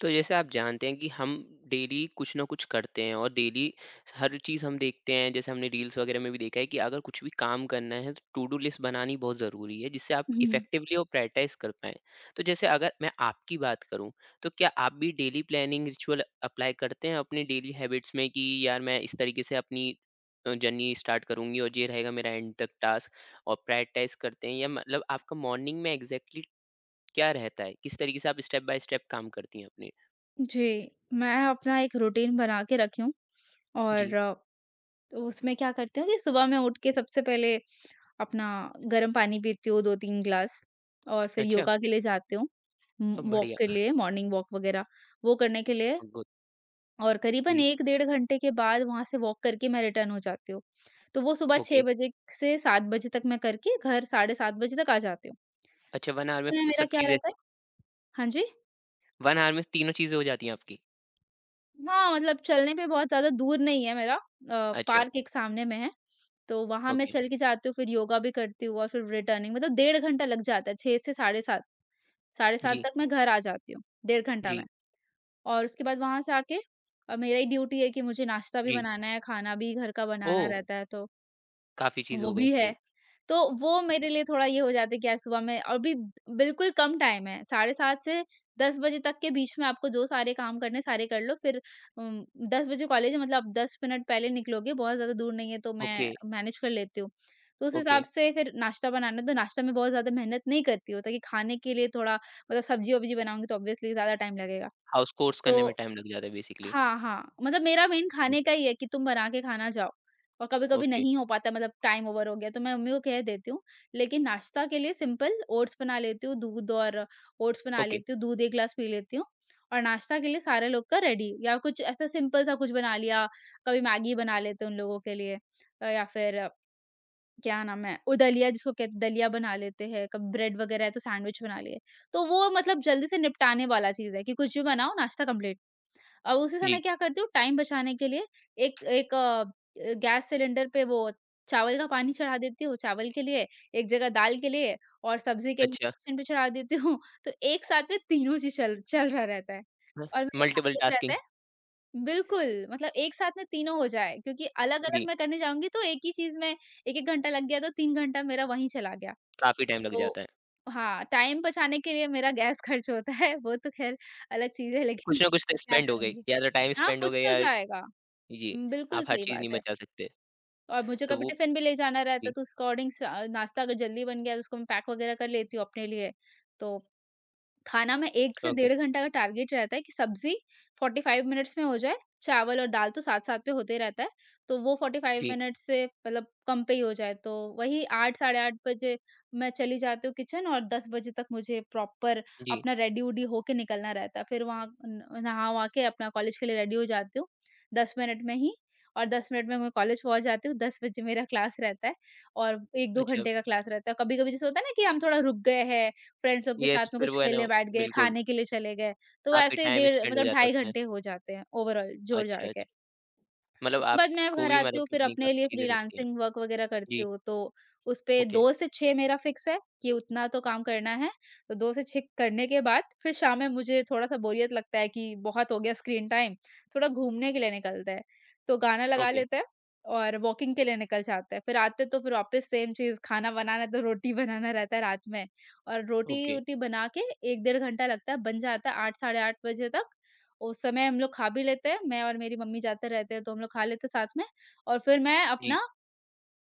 तो जैसे आप जानते हैं कि हम डेली कुछ ना कुछ करते हैं और डेली हर चीज़ हम देखते हैं, जैसे हमने रील्स वगैरह में भी देखा है कि अगर कुछ भी काम करना है तो टू डू लिस्ट बनानी बहुत ज़रूरी है जिससे आप हुँ। इफेक्टिवली और प्रायोरिटाइज कर पाएं। तो जैसे अगर मैं आपकी बात करूं, तो क्या आप भी डेली प्लानिंग रिचुअल अप्लाई करते हैं अपने डेली हैबिट्स में कि यार मैं इस तरीके से अपनी जर्नी स्टार्ट करूंगी और ये रहेगा मेरा एंड तक टास्क, और प्रायोरिटाइज करते हैं? या मतलब आपका मॉर्निंग में एग्जैक्टली क्या रहता है, किस तरीके से आप स्टेप बाय स्टेप काम करती हैं अपने? जी, मैं अपना एक रूटीन बना के रखी हूँ और जी, उसमें क्या करती हूँ कि सुबह मैं उठ के सबसे पहले अपना गर्म पानी पीती हूँ 2-3 ग्लास और फिर अच्छा। योगा के लिए जाती हूँ। वॉक के बढ़िया। लिए मॉर्निंग वॉक वग़ैरह वो करने के लिए गुड। और करीबन जी, 1 डेढ़ घंटे के बाद वहाँ से वॉक करके मैं रिटर्न हो जाती हूँ। तो वो सुबह ओके। 6 बजे से 7 बजे तक मैं करके घर साढ़े 7 बजे तक आ जाती हूँ। अच्छा, 1 ऑवर में तो मेरा सब क्या चीज़ें? रहता है, हाँ जी? 1 ऑवर में तीनों चीज़ें हो जाती हैं आपकी? हाँ, मतलब चलने पे बहुत ज़्यादा दूर नहीं है मेरा, अच्छा, पार्क एक सामने में है, तो वहाँ मैं ओके। चल के जाती हूँ, फिर योगा भी करती हूँ और फिर रिटर्निंग मतलब डेढ़ घंटा लग जाता है, 6 से साढ़े 7, साढ़े 7 जी, तक मैं घर आ जाती हूँ, डेढ़ घंटा जी, में। और उसके बाद वहाँ से आके मेरा ही ड्यूटी है कि मुझे नाश्ता भी जी। बनाना है, खाना भी घर का बनाना ओह! रहता है, तो काफ़ी चीज़ें वो हो गई भी है। फिर। तो वो मेरे लिए थोड़ा ये हो जाता है कि यार सुबह में और भी बिल्कुल कम टाइम है, 7:30 से 10 बजे तक के बीच में आपको जो सारे काम करने हैं, सारे कर लो फिर। उम, 10 बजे कॉलेज है, मतलब 10 मिनट पहले निकलोगे, बहुत ज़्यादा दूर नहीं है तो ओके, मैं मैनेज कर लेती हूँ। तो उस ओके। हिसाब से फिर नाश्ता बनाना है, तो नाश्ता में बहुत ज़्यादा मेहनत नहीं करती हूँ ताकि खाने के लिए थोड़ा मतलब सब्ज़ी-वब्ज़ी बनाऊँगी तो ऑब्वियसली ज़्यादा टाइम लगेगा। हाउस कोर्स तो करने में टाइम लग जाता है बेसिकली। हाँ, हाँ, मतलब मेरा मेन हुँ, खाने का ही है कि तुम बना के खाना जाओ और कभी-कभी ओके, नहीं हो पाता, मतलब टाइम ओवर हो गया तो मैं मम्मी को कह देती हूँ। लेकिन नाश्ता के लिए सिंपल ओट्स बना लेती हूँ, दूध और ओट्स बना ओके। लेती हूँ, दूध 1 ग्लास पी लेती हूँ और नाश्ता के लिए सारे लोग का रेडी या कुछ ऐसा सिंपल सा कुछ बना लिया, कभी मैगी बना लेते हैं उन लोगों के लिए। या फिर क्या नाम है, वो दलिया जिसको कहते, दलिया बना लेते हैं, कभी ब्रेड वगैरह है तो सैंडविच बना लिए। तो वो मतलब जल्दी से निपटाने वाला चीज़ है कि कुछ भी बनाओ नाश्ता कंप्लीट। और उसी समय जी, क्या करती हूँ टाइम बचाने के लिए, एक एक गैस सिलेंडर पे वो चावल का पानी चढ़ा देती हूँ, चावल के लिए, एक जगह दाल के लिए और सब्जी के अच्छा। ऑप्शन पे चढ़ा देती हूँ। तो एक साथ में तीनों चीज़ चल चल रहा रहता है हाँ, और मेरा मल्टीपल टारगेट रहता टास्किंग। है, बिल्कुल, मतलब एक साथ में तीनों हो जाए क्योंकि अलग-अलग जी, मैं करने जाऊँगी तो एक ही चीज़ में 1-1 घंटा लग गया तो 3 घंटा मेरा वहीं चला गया। काफ़ी टाइम लग तो जाता है। हाँ, टाइम बचाने के लिए मेरा गैस खर्च होता है, वो तो खैर अलग चीज़ है, लेकिन कुछ ना कुछ तो क्या स्पेंड हो गई, करूँगी। या तो टाइम हाँ, स्पेंड हो कुछ तो गया या। जाएगा। जी, बिल्कुल आप हर सही चीज़ नहीं बात है। बचा सकते। और मुझे तो कभी वो टिफ़िन भी ले जाना रहता जी, है तो उसके अकॉर्डिंग स नाश्ता अगर जल्दी बन गया तो उसको मैं पैक वगैरह कर लेती हूँ अपने लिए। तो खाना में 1 से ओके। डेढ़ घंटा का टारगेट रहता है कि सब्ज़ी 45 मिनट्स में हो जाए, चावल और दाल तो साथ-साथ पे होते रहता है। तो वो 45 जी, मिनट्स से मतलब कम पे ही हो जाए। तो वही 8 साढ़े 8 बजे मैं चली जाती हूँ किचन और 10 बजे तक मुझे प्रॉपर जी। अपना रेडी-वेडी होके निकलना रहता है। फिर वहाँ न नहा-वहा के अपना कॉलेज के लिए रेडी हो जाती हूँ, 10 मिनट में ही, और 10 मिनट में मैं कॉलेज पहुँच जाती हूँ। 10 बजे मेरा क्लास रहता है और 1-2 अच्छा। घंटे का क्लास रहता है। कभी-कभी जैसे होता है ना कि हम थोड़ा रुक गए हैं फ्रेंड्स लोग के साथ यस, में, फिर कुछ वो है ना। खेलने बैठ गए, बिल्कुल। खाने के लिए चले गए, तो काफ़ी ऐसे टाइम डेढ़ स्पेंड हो मतलब जाता है ढाई उसमें। घंटे हो जाते हैं ओवरऑल अच्छा, जोड़-जाड़ के। अच्छा। मतलब उसके बाद मैं आपको घर भी आती मतलब हूँ, फिर कितनी अपने काफ़ी लिए चीज़ें करती हैं। फ्रीलांसिंग वर्क वगैरह जी, करती हूँ, तो उसपे ओके, 2 से 6 मेरा फ़िक्स है कि उतना तो काम करना है। तो 2 से 6 करने के बाद फिर शाम में मुझे थोड़ा-सा बोरियत लगता है कि बहुत हो गया स्क्रीन टाइम, थोड़ा घूमने के लिए निकलते हैं। तो गाना लगा ओके, लेते हैं और वॉकिंग के लिए निकल जाते हैं। फिर आते तो फिर वापस सेम चीज़, खाना बनाना है तो रोटी बनाना रहता है रात में, और ओके, रोटी-वोटी बना के 1 डेढ़ घंटा लगता है, बन जाता है 8 साढ़े 8 बजे तक। उस समय हम लोग खा भी लेते हैं, मैं और मेरी मम्मी जाते रहते हैं, तो हम लोग खा लेते हैं साथ में और फिर मैं जी, अपना,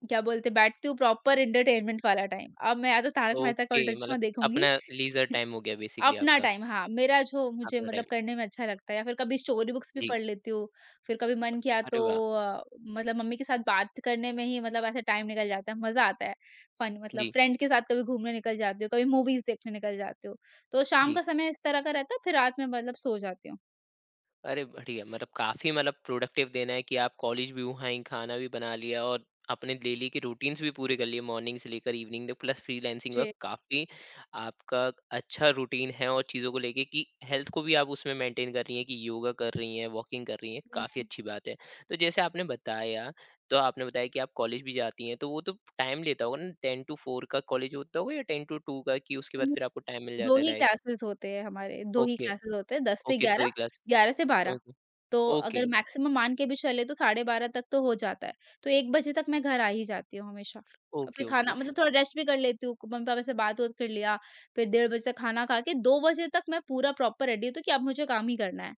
क्या बोलते हैं, बैठती हूँ प्रॉपर एंटरटेनमेंट वाला टाइम। अब मैं या तो तारक मेहता का ओके। उल्टा चश्मा मतलब देखूँगी, अपना लीजर टाइम हो गया बेसिकली अपना आपका, टाइम, हाँ, मेरा जो मुझे अपना टाइम। मतलब करने में अच्छा लगता है या फिर कभी स्टोरी बुक्स भी जी, पढ़ लेती हूँ। फिर कभी मन किया अरे तो वाह! अ, मतलब मम्मी के साथ बात करने में ही, मतलब ऐसे टाइम निकल जाता है, मज़ा आता है। फन मतलब जी, फ्रेंड के साथ कभी घूमने निकल जाती हूँ, कभी मूवीज़ देखने निकल जाती हूँ। तो शाम जी। का समय इस तरह का रहता है, फिर रात में मतलब सो जाती हूँ। अरे बढ़िया, मतलब काफी मतलब प्रोडक्टिव दिन है कि आप कॉलेज भी वहीं, खाना भी बना लिया और अपने डेली के रूटीन्स भी पूरे कर लिए मॉर्निंग से लेकर इवनिंग तक, प्लस फ्रीलांसिंग वर्क जी। काफी। आपका अच्छा रूटीन है, और चीजों को लेके कि हेल्थ को भी आप उसमें मेंटेन कर रही हैं, कि योगा कर रही हैं, वॉकिंग कर रही हैं, काफी हुँ। अच्छी बात है। तो जैसे आपने बताया, तो आपने बताया कि आप कॉलेज भी जाती हैं, तो वो तो टाइम लेता होगा ना। 10 to 4 का कॉलेज होता होगा या 10 to 2 का? कि उसके बाद फिर आपको टाइम मिल 2 जाता है, ही लाइक। क्लासेस होते हैं हमारे, 2 ही ओके। क्लासेस होते हैं, 10 से ओके, दो 11, ही क्लास। 11 से 12। ओके तो ओके। अगर मैक्सिमम मान के भी चले तो 12:30 तक तो हो जाता है। तो 1 बजे तक मैं घर आ ही जाती हूँ हमेशा। और ओके। फिर खाना, ओके। मतलब थोड़ा रेस्ट भी कर लेती हूँ, मम्मी-पापा से बात-वूत कर लिया, फिर डेढ़ बजे तक खाना खा के 2 बजे तक मैं पूरा प्रॉपर रेडी होती हूँ तो कि अब मुझे काम ही करना है।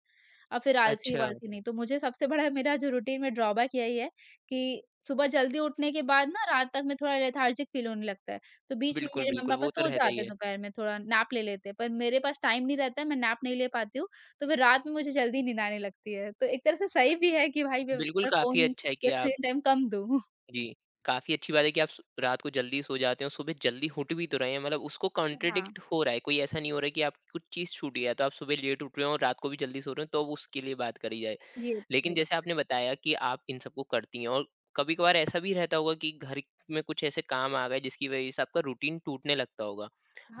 अब फिर अच्छा। आलसी-वालसी नहीं, तो मुझे सबसे बड़ा मेरा जो रूटीन में ड्रॉबैक यही है कि सुबह जल्दी उठने के बाद ना रात तक मैं थोड़ा लेथार्जिक फ़ील होने लगता है। तो बीच में बिल्कुल, मेरे बिल्कुल, मम्मी-पापा वो तो सो रहता ही जाते हैं है। दोपहर में, थोड़ा नैप ले लेते हैं, पर मेरे पास टाइम नहीं रहता है, मैं नैप नहीं ले पाती हूँ। तो फिर रात में मुझे जल्दी नींद आने लगती है। तो एक तरह से अ, सही भी है कि भाई मैं बिल्कुल मैं काफ़ी फ़ोन अच्छा है कि या आप। स्क्रीन टाइम कम दूँ। जी, काफ़ी अच्छी बात है कि आप सु रात को जल्दी सो जाते हो, सुबह जल्दी उठ भी तो रहे हैं, मतलब उसको हाँ। कॉन्ट्रडिक्ट हो रहा है, कोई ऐसा नहीं हो रहा है कि आपकी कुछ चीज़ छूट गया, तो आप सुबह लेट उठ रहे हो और रात को भी जल्दी सो रहे हो, तो अब उसके लिए बात करी जाए। जी, ये तो लेकिन सही जैसे बात, आपने बताया कि आप इन सबको करती हैं, और कभी कभार ऐसा भी रहता होगा कि घर में कुछ ऐसे काम आ गए जिसकी वजह से आपका रूटीन टूटने लगता होगा,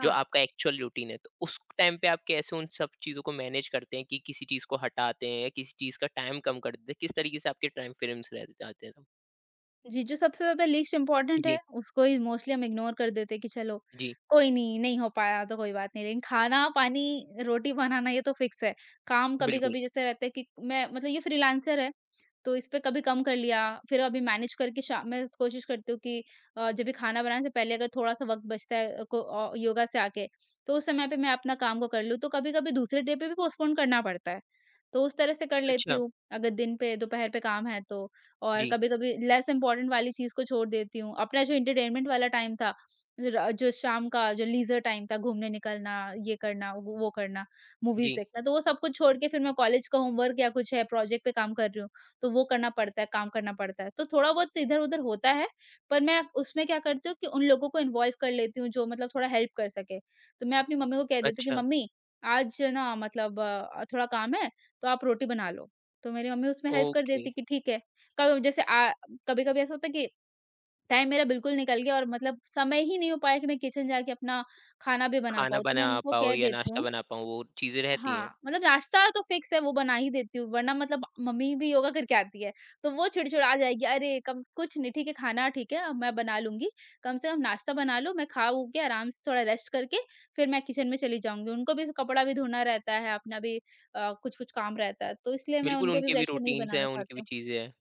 जो आपका एक्चुअल रूटीन है, तो उस टाइम पे आप कैसे उन सब चीज़ों को मैनेज करते हैं? कि किसी चीज़ को हटाते हैं या किसी चीज़ का टाइम कम कर देते हैं? किस तरीके से आपके टाइम फ्रेम्स रह जाते हैं तब? जी, जो सबसे ज़्यादा लीस्ट इम्पोर्टेंट है, जी। उसको ही मोस्टली हम इग्नोर कर देते हैं कि चलो जी। कोई नहीं, नहीं हो पाया तो कोई बात नहीं। लेकिन खाना-पानी, रोटी बनाना ये तो फिक्स है। काम बिल्कुल। कभी-कभी जैसे रहता है कि मैं मतलब ये फ्रीलांसर है तो इस पे कभी कम कर लिया, फिर अभी मैनेज करके शाम मैं कोशिश करती हूँ कि जब भी खाना बनाने से पहले अगर थोड़ा-सा वक़्त बचता है योगा से आके, तो उस समय पे मैं अपना काम को कर लूँ। तो कभी-कभी दूसरे डे पे भी पोस्टपोन करना पड़ता है, तो उस तरह से कर लेती अच्छा। हूँ, अगर दिन पे दोपहर पे काम है तो। और जी। कभी-कभी लेस इम्पोर्टेंट वाली चीज़ को छोड़ देती हूँ। अपना जो एंटरटेनमेंट वाला टाइम था, र जो शाम का जो लीज़र टाइम था, घूमने निकलना, ये करना, वो करना, जी। मूवीज़ देखना, तो वो सब कुछ छोड़ के फिर मैं कॉलेज का होमवर्क या कुछ है, प्रोजेक्ट पे काम कर रही हूँ, तो वो करना पड़ता है, काम करना पड़ता है। तो थोड़ा-बहुत तो इधर-उधर होता है, पर मैं उसमें क्या करती हूँ कि उन लोगों को इन्वॉल्व कर लेती हूँ जो मतलब थोड़ा हेल्प कर सके। तो मैं अपनी मम्मी को कह देती हूँ अच्छा। कि मम्मी आज ना, मतलब थोड़ा काम है तो आप रोटी बना लो। तो मेरी मम्मी उसमें हेल्प कर ओके। देती कि ठीक है। कब जैसे आ कभी-कभी ऐसा होता है कि टाइम मेरा बिल्कुल निकल गया और मतलब समय ही नहीं हो पाया कि मैं किचन जाके अपना खाना भी बना खाना पाऊँ। तो मैं बना उनको पाओ कह या देती नाश्ता हूँ, बना पाओ, वो चीज़ें रहती हैं। हाँ, मतलब नाश्ता तो फ़िक्स है वो बना ही देती हूँ, वरना मतलब मम्मी भी योगा करके आती है, तो वो चिड़चिड़ा जाएगी, अरे कम कुछ नहीं ठीक है, खाना ठीक है अब मैं बना लूँगी, कम से कम नाश्ता बना लो मैं खा-ऊ के आराम से थोड़ा रेस्ट करके फिर मैं किचन में चली जाऊँगी। उनको भी कपड़ा भी धोना रहता है, अपना भी कुछ-कुछ काम रहता है, तो इसलिए मैं बिल्कुल, उन पे भी उनके भी प्रेशर नहीं रूटीन्स हैं, बनाना उनकी भी चाहती हूँ। चीज़ें हैं,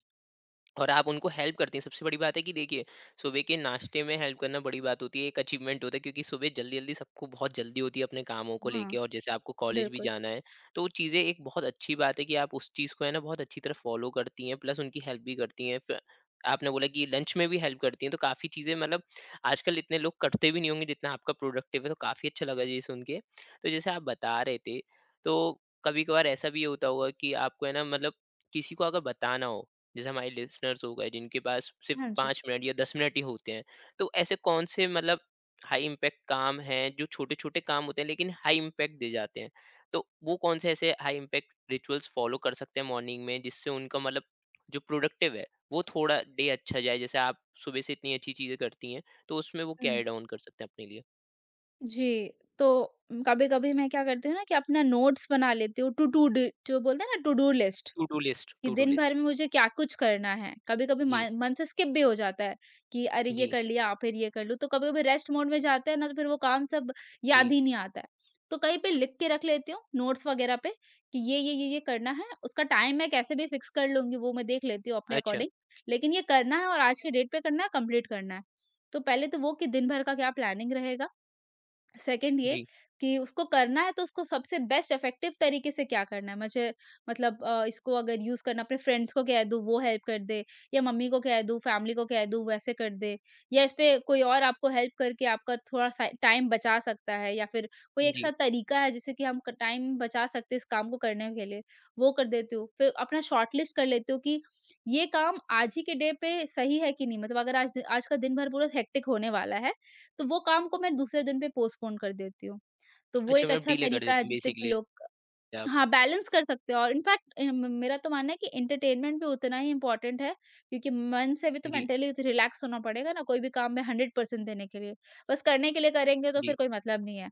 और आप उनको हेल्प करती हैं। सबसे बड़ी बात है कि देखिए, सुबह के नाश्ते में हेल्प करना बड़ी बात होती है, एक अचीवमेंट होता है, क्योंकि सुबह जल्दी-जल्दी सबको बहुत जल्दी होती है अपने कामों को लेके, हाँ, और जैसे आपको कॉलेज भी बिल्कुल। जाना है, तो वो चीज़ें एक बहुत अच्छी बात है कि आप उस चीज़ को है ना बहुत अच्छी तरह फ़ॉलो करती हैं, प्लस उनकी हेल्प भी करती हैं। प आपने बोला कि लंच में भी हेल्प करती हैं, तो काफ़ी चीज़ें मतलब आजकल इतने लोग करते भी नहीं होंगे जितना आपका प्रोडक्टिव है, तो काफ़ी अच्छा लगा ये सुन के। तो जैसे आप बता रहे थे, तो कभी-कभार ऐसा भी होता होगा कि आपको है ना मतलब किसी को अगर बताना हो, जैसे हमारे लिसनर्स हो गए जिनके पास सिर्फ हाँ जी। 5 मिनट या 10 मिनट ही होते हैं, तो ऐसे कौन से मतलब हाई इम्पैक्ट काम हैं जो छोटे-छोटे काम होते हैं लेकिन हाई इम्पैक्ट दे जाते हैं? तो वो कौन से ऐसे हाई इम्पैक्ट रिचुअल्स फ़ॉलो कर सकते हैं मॉर्निंग में जिससे उनका मतलब जो प्रोडक्टिव है, वो थोड़ा डे अच्छा जाए? जैसे आप सुबह से इतनी अच्छी चीज़ें करती हैं, तो उसमें वो क्या हुँ, ऐड ऑन कर सकते हैं अपने लिए? जी, तो कभी-कभी मैं क्या करती हूँ ना कि अपना नोट्स बना लेती हूँ, टू टू ड जो बोलते हैं ना to do list, to do list, कि टू डू दिन लिस्ट। भर में मुझे क्या कुछ करना है। कभी-कभी जी, मन मन से स्किप भी हो जाता है कि अरे ये जी, कर लिया, फिर ये कर लूँ। तो कभी-कभी रेस्ट मोड में जाते हैं ना, तो फिर वो काम सब जी। याद ही नहीं आता है। तो कहीं पे लिख के रख लेती हूँ नोट्स वगैरह पे कि ये करना है। उसका टाइम मैं कैसे भी फिक्स कर लूँगी, वो मैं देख लेती हूँ अपने अच्छा, अकॉर्डिंग। लेकिन ये करना है और आज के डेट पे करना है, कंप्लीट करना है। तो पहले तो वो कि दिन भर का क्या प्लानिंग रहेगा, सेकंड ये जी, कि उसको करना है तो उसको सबसे बेस्ट इफेक्टिव तरीके से क्या करना है मुझे। मतलब इसको अगर यूज करना, अपने फ्रेंड्स को कह दूं वो हेल्प कर दे, या मम्मी को कह दूं, फैमिली को कह दूं वैसे कर दे, या इस पे कोई और आपको हेल्प करके आपका थोड़ा सा टाइम बचा सकता है, या फिर कोई एक जी। सा तरीका है जिससे कि हम टाइम बचा सकते हैं इस काम को करने के लिए। वो कर देती हूँ, फिर अपना शॉर्ट लिस्ट कर लेती हूँ कि ये काम आज ही के डे पे सही है कि नहीं। मतलब अगर आज आज का दिन भर पूरा हेक्टिक होने वाला है तो वो काम को मैं दूसरे दिन पे पोस्टपोन कर देती हूँ। तो वो अच्छा, एक मतलब अच्छा डीले कर तरीका देते है हैं जिससे कि बेसिकली लोग आप। हाँ, बैलेंस कर सकते हो। और इनफैक्ट अ, म मेरा तो मानना है कि एंटरटेनमेंट भी उतना ही इम्पोर्टेंट है, क्योंकि मन से भी तो जी, मेंटली रिलैक्स होना पड़ेगा ना, कोई भी काम में 100% देने के लिए। बस करने के लिए करेंगे तो फिर जी, कोई मतलब नहीं है।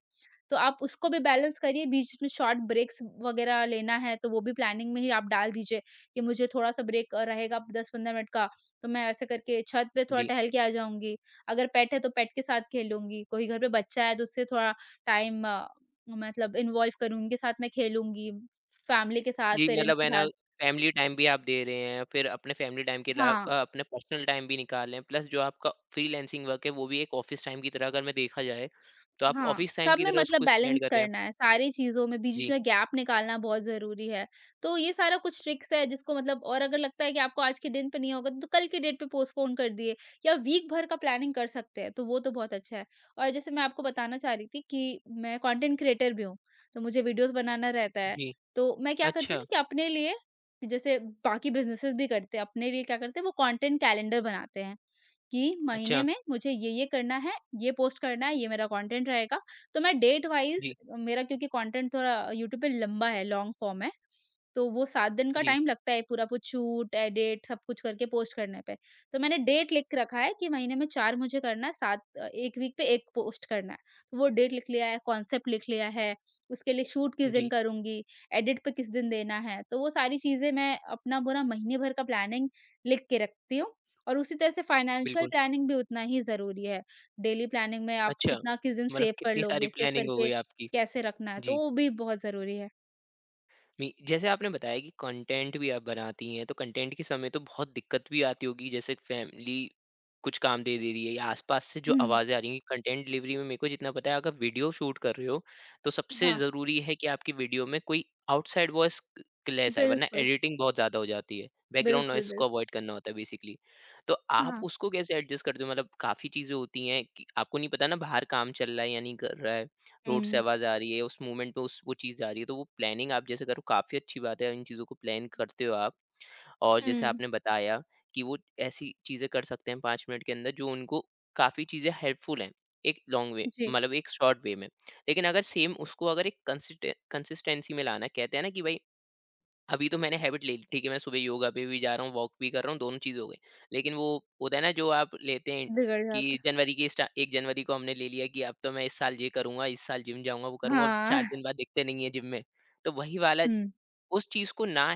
तो आप उसको भी बैलेंस करिए, बीच में शॉर्ट ब्रेक्स वगैरह लेना है, तो वो भी प्लानिंग में ही आप डाल दीजिए कि मुझे थोड़ा-सा ब्रेक रहेगा 10-15 मिनट का, तो मैं ऐसे करके छत पे थोड़ा जी। टहल के आ जाऊँगी। अगर पेट है तो पेट के साथ खेलूँगी, कोई घर पे बच्चा है तो उससे थोड़ा टाइम मतलब इन्वॉल्व करूँ, उनके साथ मैं खेलूँगी, फैमिली के साथ, जी, पेरेंट्स मतलब के है ना साथ। फैमिली टाइम भी आप दे रहे हैं, फिर अपने फैमिली टाइम के हाँ। अपने पर्सनल टाइम भी निकाल रहे हैं, प्लस जो आपका फ्रीलांसिंग वर्क है वो भी एक ऑफ़िस टाइम की तरह अगर मैं देखा जाए, तो आप हाँ, ऑफ़िस टाइम सब की में तरह मतलब उसको स्पेंड बैलेंस कर रहे हैं। करना है, सारी चीज़ों में बीच जी, में गैप निकालना बहुत ज़रूरी है। तो ये सारा कुछ ट्रिक्स है जिसको मतलब, और अगर लगता है कि आपको आज के दिन पे नहीं होगा तो कल की डेट पे पोस्टपोन कर दिए, या वीक भर का प्लानिंग कर सकते हैं, तो वो तो बहुत अच्छा है। और जैसे मैं आपको बताना चाह रही थी कि मैं कंटेंट क्रिएटर भी हूँ, तो मुझे वीडियोज़ बनाना रहता है। जी। तो मैं क्या करती हूँ अच्छा, ना कि अपने लिए, जैसे बाकी बिज़नेसेस भी करते हैं, अपने लिए क्या करते हैं वो कंटेंट कैलेंडर बनाते हैं। कि महीने अच्छा। में मुझे ये-ये करना है, ये पोस्ट करना है, ये मेरा कंटेंट रहेगा। तो मैं डेट वाइज़, जी, मेरा क्योंकि कंटेंट थोड़ा यूट्यूब पे लंबा है, लॉन्ग फॉर्म है, तो वो 7 दिन का जी, टाइम लगता है पूरा कुछ शूट, एडिट सब कुछ करके पोस्ट करने पे। तो मैंने डेट लिख रखा है कि महीने में 4 मुझे करना है, 7 1 वीक पे 1 पोस्ट करना है। तो वो डेट लिख लिया है, कॉन्सेप्ट लिख लिया है, उसके लिए शूट किस दिन जी, करूँगी, एडिट पे किस दिन देना है। तो वो सारी चीज़ें मैं अपना पूरा महीने भर का प्लानिंग लिख के रखती हूँ और उसी तरह से फाइनेंशियल बिल्कुल। प्लानिंग भी उतना ही ज़रूरी है। डेली प्लानिंग में आप अच्छा, कितना किस दिन मतलब सेव कर कितनी सारी लोगे, सेव प्लानिंग हो करके गई आपकी। कैसे रखना है, तो जी। वो भी बहुत ज़रूरी है। मी जैसे आपने बताया कि कंटेंट भी आप बनाती हैं, तो कंटेंट के समय तो बहुत दिक्कत भी आती होगी, जैसे फैमिली कुछ काम दे दे रही है या आसपास से जो हुँ, आवाज़ें आ रही हैं। कंटेंट डिलीवरी में मेरे को जितना पता है, अगर वीडियो शूट कर रहे हो, तो सबसे हाँ, ज़रूरी है कि आपकी वीडियो में कोई आउटसाइड वॉइस लेस आए, वरना बिल्कुल, एडिटिंग बहुत ज़्यादा हो जाती है। बैकग्राउंड बिल्कुल, नॉइज़ को बिल्कुल। अवॉइड करना होता है बेसिकली। तो आप हाँ। उसको कैसे एडजस्ट करते हो? मतलब काफ़ी चीज़ें होती हैं कि आपको नहीं पता ना बाहर काम चल रहा है या नहीं कर रहा है। रोड से हुँ, आवाज़ आ रही है, उस मोमेंट में उस वो चीज़ जा रही है, तो वो प्लानिंग आप जैसे करो काफ़ी अच्छी बात है, इन चीज़ों को प्लान करते हो आप। और जैसे हुँ। आपने बताया कि वो ऐसी चीज़ें कर सकते हैं 5 मिनट के अंदर जो उनको काफ़ी चीज़ें हेल्पफुल हैं, एक लॉन्ग वे जी, मतलब एक शॉर्ट वे में। लेकिन अगर सेम उसको अगर एक कंसिस्टेंसी में लाना कहते हैं ना कि भई अभी तो मैंने हैबिट ले ली, ठीक है, मैं सुबह योगा पे भी जा रहा हूँ, वॉक भी कर रहा हूँ, दोनों चीज़ हो गई, लेकिन वो होता है ना जो आप लेते हैं बिगड़ कि जाता है। जनवरी की 1 जनवरी को हमने ले लिया कि अब तो मैं इस साल ये करूंगा, इस साल जिम जाऊंगा, वो करूंगा, अब चार हाँ, दिन बाद दिखते नहीं है जिम में। तो वही वाला हुँ। उस चीज को ना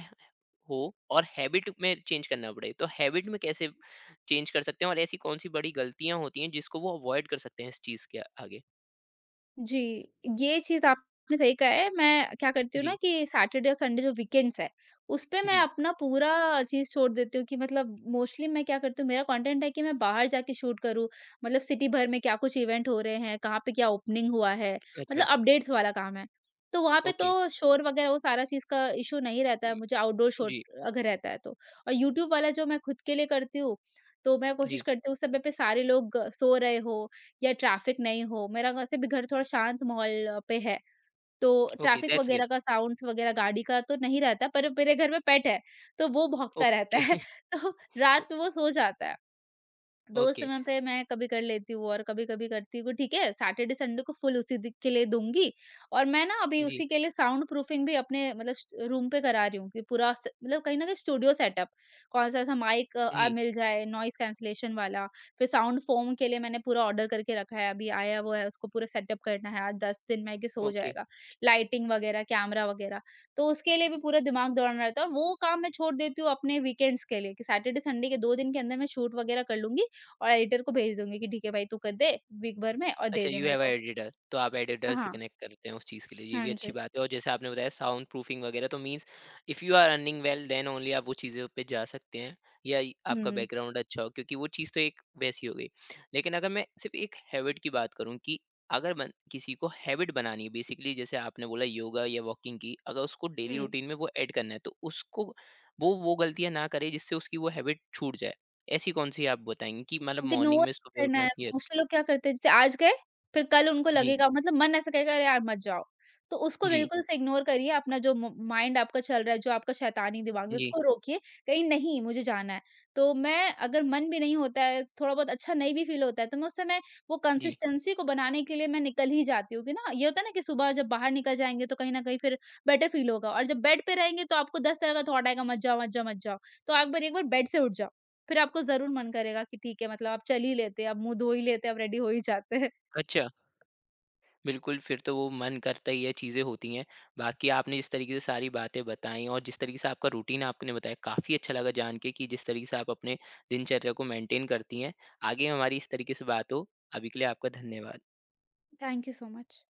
हो, और हैबिट में चेंज करना पड़े तो हैबिट में कैसे चेंज कर सकते हैं, और ऐसी कौन सी बड़ी गलतियां होती हैं जिसको वो अवॉइड कर सकते हैं इस चीज के आगे? जी, ये चीज़ आपने सही कहा है। मैं क्या करती हूँ ना जी। कि सैटरडे और संडे जो वीकेंड्स है, उसपे मैं जी। अपना पूरा चीज़ छोड़ देती हूँ कि मतलब मोस्टली मैं क्या करती हूँ, मेरा कंटेंट है कि मैं बाहर जाके शूट करूँ। मतलब सिटी भर में क्या कुछ इवेंट हो रहे हैं, कहाँ पे क्या ओपनिंग हुआ है, अच्छा। मतलब अपडेट्स वाला काम है। तो वहाँ पे ओके। तो शोर वगैरह वो सारा चीज़ का इश्यू नहीं रहता है, मुझे आउटडोर शूट जी। अगर रहता है तो। और यूट्यूब वाला जो मैं खुद के लिए करती हूँ, तो मैं कोशिश जी। करती हूँ उस समय पे सारे लोग सो रहे हो या ट्रैफ़िक नहीं हो, मेरा वैसे भी घर थोड़ा शांत माहौल पे है, तो ओके, ट्रैफ़िक दैट्स गुड। वगैरह का साउंड्स वगैरह गाड़ी का तो नहीं रहता, पर मेरे घर में पेट है, तो वो भौंकता रहता ओके है, तो रात में वो सो जाता है। दो ओके। समय पे मैं कभी कर लेती हूँ और कभी-कभी करती हूँ, ठीक है, सैटरडे संडे को फुल उसी दि के लिए दूँगी। और मैं ना अभी जी, उसी के लिए साउंड प्रूफिंग भी अपने मतलब स रूम पे करा रही हूँ कि पूरा स मतलब कहीं न कहीं स्टूडियो सेटअप, कौन-सा ऐसा माइक जी, मिल जाए, नॉइज़ कैंसलेशन वाला, फिर साउंड फोम के लिए मैंने पूरा ऑर्डर करके रखा है, अभी आया वो है, उसको पूरा सेटअप करना है, आज 10 दिन में आई गेस हो ओके। जाएगा। लाइटिंग वगैरह, कैमरा वगैरह, तो उसके लिए भी पूरा दिमाग दौड़ाना रहता है और वो काम मैं छोड़ देती हूँ अपने वीकेंड्स के लिए कि सैटरडे संडे के 2 दिन के अंदर मैं शूट वगैरह कर लूँगी। और एडिटर को भेज दूँगी कि ठीक है भाई तू कर दे वीक भर में और अच्छा, दे दे यू मेरे हैव अ को। एडिटर, तो आप एडिटर से हाँ, कनेक्ट करते हैं उस चीज़ के लिए, ये हाँ भी अच्छी जी। बात है। और जैसे आपने बताया साउंड प्रूफिंग वगैरह, तो means if you are earning well then only आप वो चीज़ों पे जा सकते हैं, या य आपका हुँ, बैकग्राउंड अच्छा हो, क्योंकि वो चीज़ तो एक वैसी हो गई। लेकिन अगर मैं सिर्फ़ एक हैबिट की बात करूँ कि अगर बन किसी को हैबिट बनानी है बेसिकली, जैसे आपने बोला योगा या वॉकिंग की, अगर उसको डेली हुँ। रूटीन में वो ऐड करना है, तो उसको वो गलतियाँ ना करे जिससे उसकी वो हैबिट छूट जाए। ऐसी कौन-सी आप बताएँगी कि मतलब मॉर्निंग इग्नोर में सुबह करना उठना? है, यस। मोस्टली लोग क्या करते हैं जैसे आज गए, फिर कल उनको जी, लगेगा मतलब मन ऐसा कहेगा अरे यार मत जाओ। तो उसको जी। बिल्कुल से इग्नोर करिए, अपना जो म माइंड आपका चल रहा है, जो आपका शैतानी दिमाग है जी, उसको रोकिए, कहीं नहीं मुझे जाना है। तो मैं अगर मन भी नहीं होता है, थोड़ा बहुत अच्छा नहीं भी फ़ील होता है, तो मैं उस समय वो जी। कंसिस्टेंसी को बनाने के लिए मैं निकल ही जाती हूँ कि ना ये होता है ना कि सुबह जब बाहर निकल जाएँगे तो कहीं न कहीं फिर बेटर फ़ील होगा। और जब बेड पे रहेंगे तो आपको 10 तरह का थॉट आएगा मत जाओ, मत जाओ, मत जाओ। तो एक बार बेड से उठ जाओ। फिर आपको ज़रूर मन करेगा कि ठीक है मतलब आप चल ही लेते हैं, अब मुँह धो ही लेते हैं, अब रेडी हो ही जाते हैं। अच्छा, बिल्कुल फिर तो वो मन करता ही है, चीज़ें होती हैं। बाकी आपने जिस तरीके से सारी बातें बताई और जिस तरीके से आपका रूटीन आपने बताया, काफ़ी अच्छा लगा जान के कि जिस तरीके से आप अपने दिनचर्या को मेंटेन करती हैं। आगे हमारी इस तरीके से बात हो, अभी के लिए आपका धन्यवाद। Thank you so much.